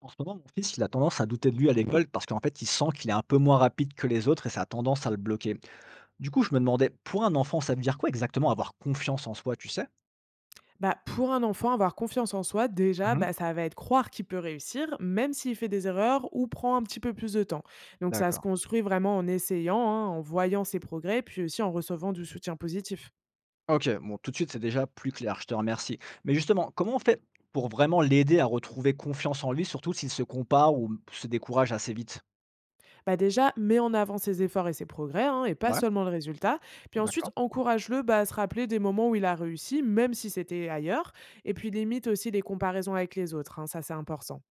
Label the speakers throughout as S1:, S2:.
S1: En ce moment, mon fils, il a tendance à douter de lui à l'école parce qu'en fait, il sent qu'il est un peu moins rapide que les autres et ça a tendance à le bloquer. Du coup, je me demandais, pour un enfant, ça veut dire quoi exactement avoir confiance en soi, tu sais?
S2: Bah, pour un enfant, avoir confiance en soi, déjà,
S1: Mhm.
S2: bah, ça va être croire qu'il peut réussir, même s'il fait des erreurs ou prend un petit peu plus de temps. Donc, ça se
S1: D'accord.
S2: construit vraiment en essayant, hein, en voyant ses progrès, puis aussi en recevant du soutien positif.
S1: Ok, bon, tout de suite, c'est déjà plus clair, je te remercie. Mais justement, comment on fait pour vraiment l'aider à retrouver confiance en lui, surtout s'il se compare ou se décourage assez vite?
S2: Bah, déjà, mets en avant ses efforts et ses progrès, hein, et pas
S1: Ouais,
S2: seulement le résultat. Puis ensuite,
S1: d'accord.
S2: encourage-le bah, à se rappeler des moments où il a réussi, même si c'était ailleurs. Et puis, limite aussi les comparaisons avec les autres, hein, ça, c'est important.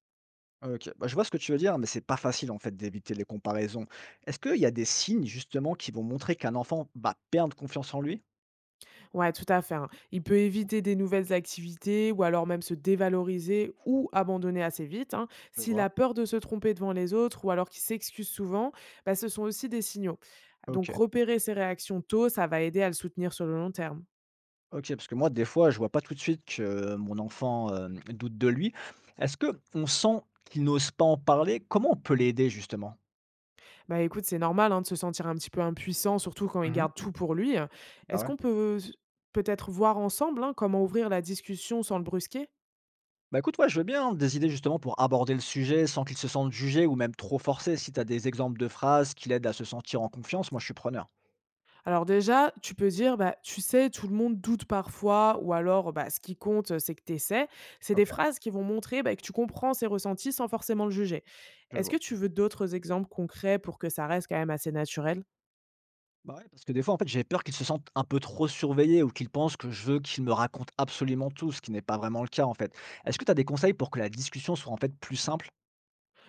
S1: Ok, bah, je vois ce que tu veux dire, mais c'est pas facile en fait d'éviter les comparaisons. Est-ce qu'il y a des signes justement qui vont montrer qu'un enfant va perdre confiance en lui?
S2: Ouais, tout à fait, hein. Il peut éviter des nouvelles activités ou alors même se dévaloriser ou abandonner assez vite, hein.
S1: Je
S2: S'il
S1: vois.
S2: a peur de se tromper devant les autres ou alors qu'il s'excuse souvent, bah, ce sont aussi des signaux.
S1: Ok.
S2: Donc repérer ses réactions tôt, ça va aider à le soutenir sur le long terme.
S1: OK, parce que moi, des fois, je vois pas tout de suite que mon enfant, doute de lui. Est-ce que on sent qu'il n'ose pas en parler? Comment on peut l'aider justement?
S2: Bah écoute, c'est normal hein, de se sentir un petit peu impuissant, surtout quand il
S1: Mmh.
S2: garde tout pour lui.
S1: Bah
S2: Est-ce
S1: ouais.
S2: qu'on peut peut-être voir ensemble hein, comment ouvrir la discussion sans le brusquer.
S1: Bah, écoute, ouais, je veux bien des idées justement pour aborder le sujet sans qu'il se sente jugé ou même trop forcé. Si tu as des exemples de phrases qui l'aident à se sentir en confiance, moi, je suis preneur.
S2: Alors déjà, tu peux dire, bah, tu sais, tout le monde doute parfois, ou alors, bah, ce qui compte, c'est que tu essaies. C'est des
S1: OK,
S2: phrases qui vont montrer bah, que tu comprends ses ressentis sans forcément le juger.
S1: je
S2: Est-ce que
S1: vois.
S2: tu veux d'autres exemples concrets pour que ça reste quand même assez naturel?
S1: Bah, ouais, parce que des fois, en fait, j'ai peur qu'il se sente un peu trop surveillé ou qu'il pense que je veux qu'il me raconte absolument tout, ce qui n'est pas vraiment le cas, en fait. Est-ce que tu as des conseils pour que la discussion soit, en fait, plus simple?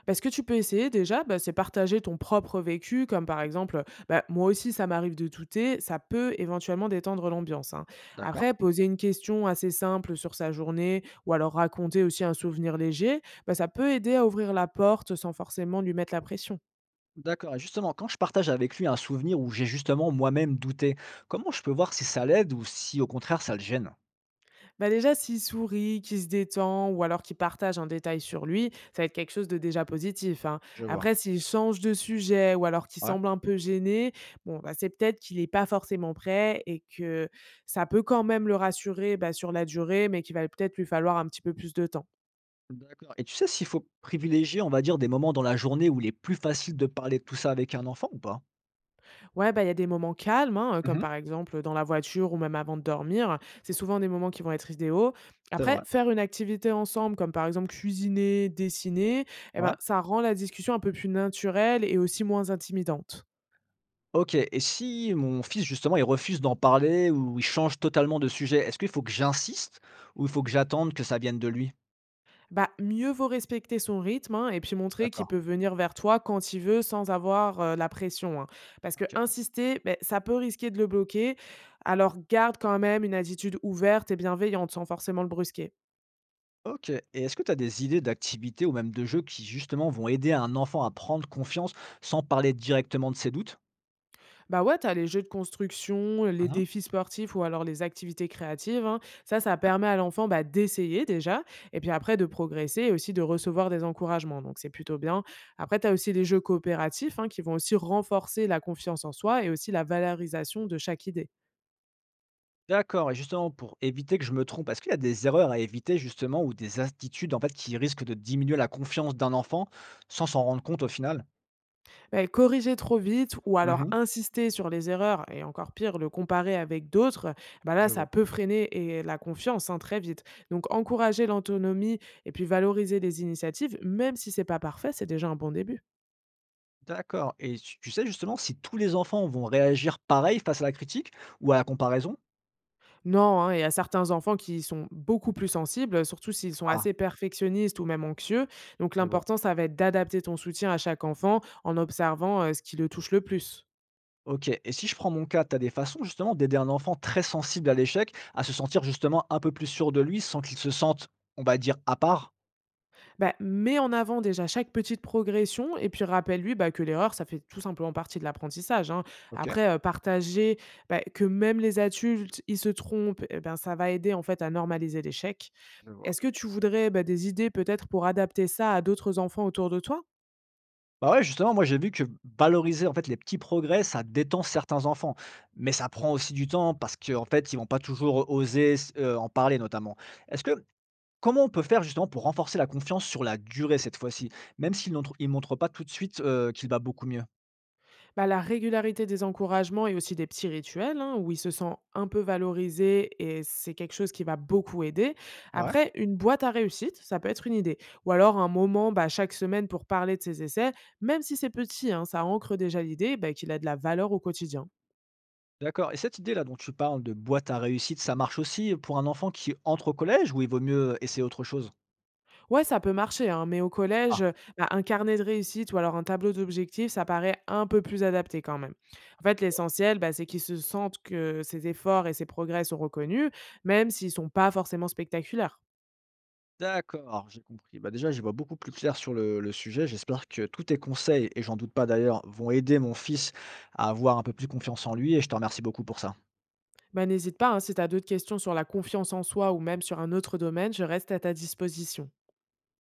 S2: Bah, ce que tu peux essayer déjà, bah, c'est partager ton propre vécu, comme par exemple, bah, moi aussi ça m'arrive de douter, ça peut éventuellement détendre l'ambiance, hein.
S1: D'accord.
S2: Après poser une question assez simple sur sa journée ou alors raconter aussi un souvenir léger, bah, ça peut aider à ouvrir la porte sans forcément lui mettre la pression.
S1: D'accord et justement, quand je partage avec lui un souvenir où j'ai justement moi-même douté, comment je peux voir si ça l'aide ou si au contraire ça le gêne?
S2: Bah, déjà, s'il sourit, qu'il se détend ou alors qu'il partage un détail sur lui, ça va être quelque chose de déjà positif, hein.
S1: Je vois.
S2: Après, s'il change de sujet ou alors qu'il
S1: Ouais.
S2: semble un peu gêné, bon, bah, c'est peut-être qu'il n'est pas forcément prêt et que ça peut quand même le rassurer, bah, sur la durée, mais qu'il va peut-être lui falloir un petit peu plus de temps.
S1: D'accord et tu sais s'il faut privilégier, on va dire, des moments dans la journée où il est plus facile de parler de tout ça avec un enfant ou pas?
S2: Ouais, bah, il y a des moments calmes, hein, comme
S1: Mhm.
S2: par exemple dans la voiture ou même avant de dormir. C'est souvent des moments qui vont être idéaux.
S1: C'est
S2: Après,
S1: vrai.
S2: faire une activité ensemble, comme par exemple cuisiner, dessiner, eh
S1: Ouais.
S2: ben, ça rend la discussion un peu plus naturelle et aussi moins intimidante.
S1: OK et si mon fils, justement, il refuse d'en parler ou il change totalement de sujet, est-ce qu'il faut que j'insiste ou il faut que j'attende que ça vienne de lui?
S2: Bah, mieux vaut respecter son rythme, hein, et puis montrer qu'il
S1: D'accord.
S2: peut venir vers toi quand il veut sans avoir, la pression, hein. Parce que
S1: OK.
S2: insister, ben ça peut risquer de le bloquer, alors garde quand même une attitude ouverte et bienveillante sans forcément le brusquer.
S1: OK et est-ce que tu as des idées d'activités ou même de jeux qui justement vont aider un enfant à prendre confiance sans parler directement de ses doutes?
S2: Bah ouais, t'as les jeux de construction, les
S1: Mmh.
S2: défis sportifs ou alors les activités créatives, hein. Ça
S1: Ouais.
S2: permet à l'enfant bah, d'essayer déjà et puis après de progresser et aussi de recevoir des encouragements. Donc c'est plutôt bien. Après, t'as aussi les jeux coopératifs hein, qui vont aussi renforcer la confiance en soi et aussi la valorisation de chaque idée.
S1: D'accord et justement pour éviter que je me trompe, est-ce qu'il y a des erreurs à éviter justement ou des attitudes en fait qui risquent de diminuer la confiance d'un enfant sans s'en rendre compte au final?
S2: Beh, corriger trop vite ou alors
S1: Mmh.
S2: insister sur les erreurs et encore pire, le comparer avec d'autres, bah là,
S1: Je vois.
S2: ça peut freiner et la confiance hein, très vite. Donc, encourager l'autonomie et puis valoriser les initiatives, même si c'est pas parfait, c'est déjà un bon début.
S1: D'accord et tu sais justement si tous les enfants vont réagir pareil face à la critique ou à la comparaison?
S2: Non, hein, il y a certains enfants qui sont beaucoup plus sensibles, surtout s'ils sont
S1: Ah,
S2: assez perfectionnistes ou même anxieux. Donc,
S1: je vois.
S2: l'important, ça va être d'adapter ton soutien à chaque enfant en observant ce qui le touche le plus.
S1: OK et si je prends mon cas, tu as des façons justement d'aider un enfant très sensible à l'échec à se sentir justement un peu plus sûr de lui sans qu'il se sente, on va dire, à part?
S2: Bah, mets en avant déjà chaque petite progression et puis rappelle-lui bah, que l'erreur, ça fait tout simplement partie de l'apprentissage, hein.
S1: OK,
S2: Après, partager bah, que même les adultes, ils se trompent, eh ben, ça va aider en fait à normaliser l'échec.
S1: je vois.
S2: Est-ce que tu voudrais, bah, des idées peut-être pour adapter ça à d'autres enfants autour de toi?
S1: Bah, ouais, justement, moi j'ai vu que valoriser en fait les petits progrès, ça détend certains enfants. Mais ça prend aussi du temps parce qu'en fait, ils vont pas toujours oser s en parler notamment. Est-ce que Comment on peut faire justement pour renforcer la confiance sur la durée cette fois-ci? Même s'il n'entre il montre pas tout de suite, qu'il va beaucoup mieux?
S2: Bah, la régularité des encouragements et aussi des petits rituels, hein, où il se sent un peu valorisé et c'est quelque chose qui va beaucoup aider.
S1: Ouais.
S2: Après, une boîte à réussite, ça peut être une idée. Ou alors un moment bah, chaque semaine pour parler de ses essais, même si c'est petit, hein, ça ancre déjà l'idée bah, qu'il a de la valeur au quotidien.
S1: D'accord et cette idée-là dont tu parles de boîte à réussite, ça marche aussi pour un enfant qui entre au collège ou il vaut mieux essayer autre chose?
S2: Ouais, ça peut marcher, hein, mais au
S1: Ah
S2: collège, bah, un carnet de réussite ou alors un tableau d'objectifs, ça paraît un peu plus adapté quand même. En fait, l'essentiel, bah, c'est qu'ils se sentent que ses efforts et ses progrès sont reconnus, même s'ils sont pas forcément spectaculaires.
S1: d'accord, j'ai compris. Bah, déjà, j'y vois beaucoup plus clair sur le sujet. J'espère que tous tes conseils, et j'en doute pas d'ailleurs, vont aider mon fils à avoir un peu plus confiance en lui et je te remercie beaucoup pour ça.
S2: Bah, n'hésite pas, hein, si tu as d'autres questions sur la confiance en soi ou même sur un autre domaine, je reste à ta disposition.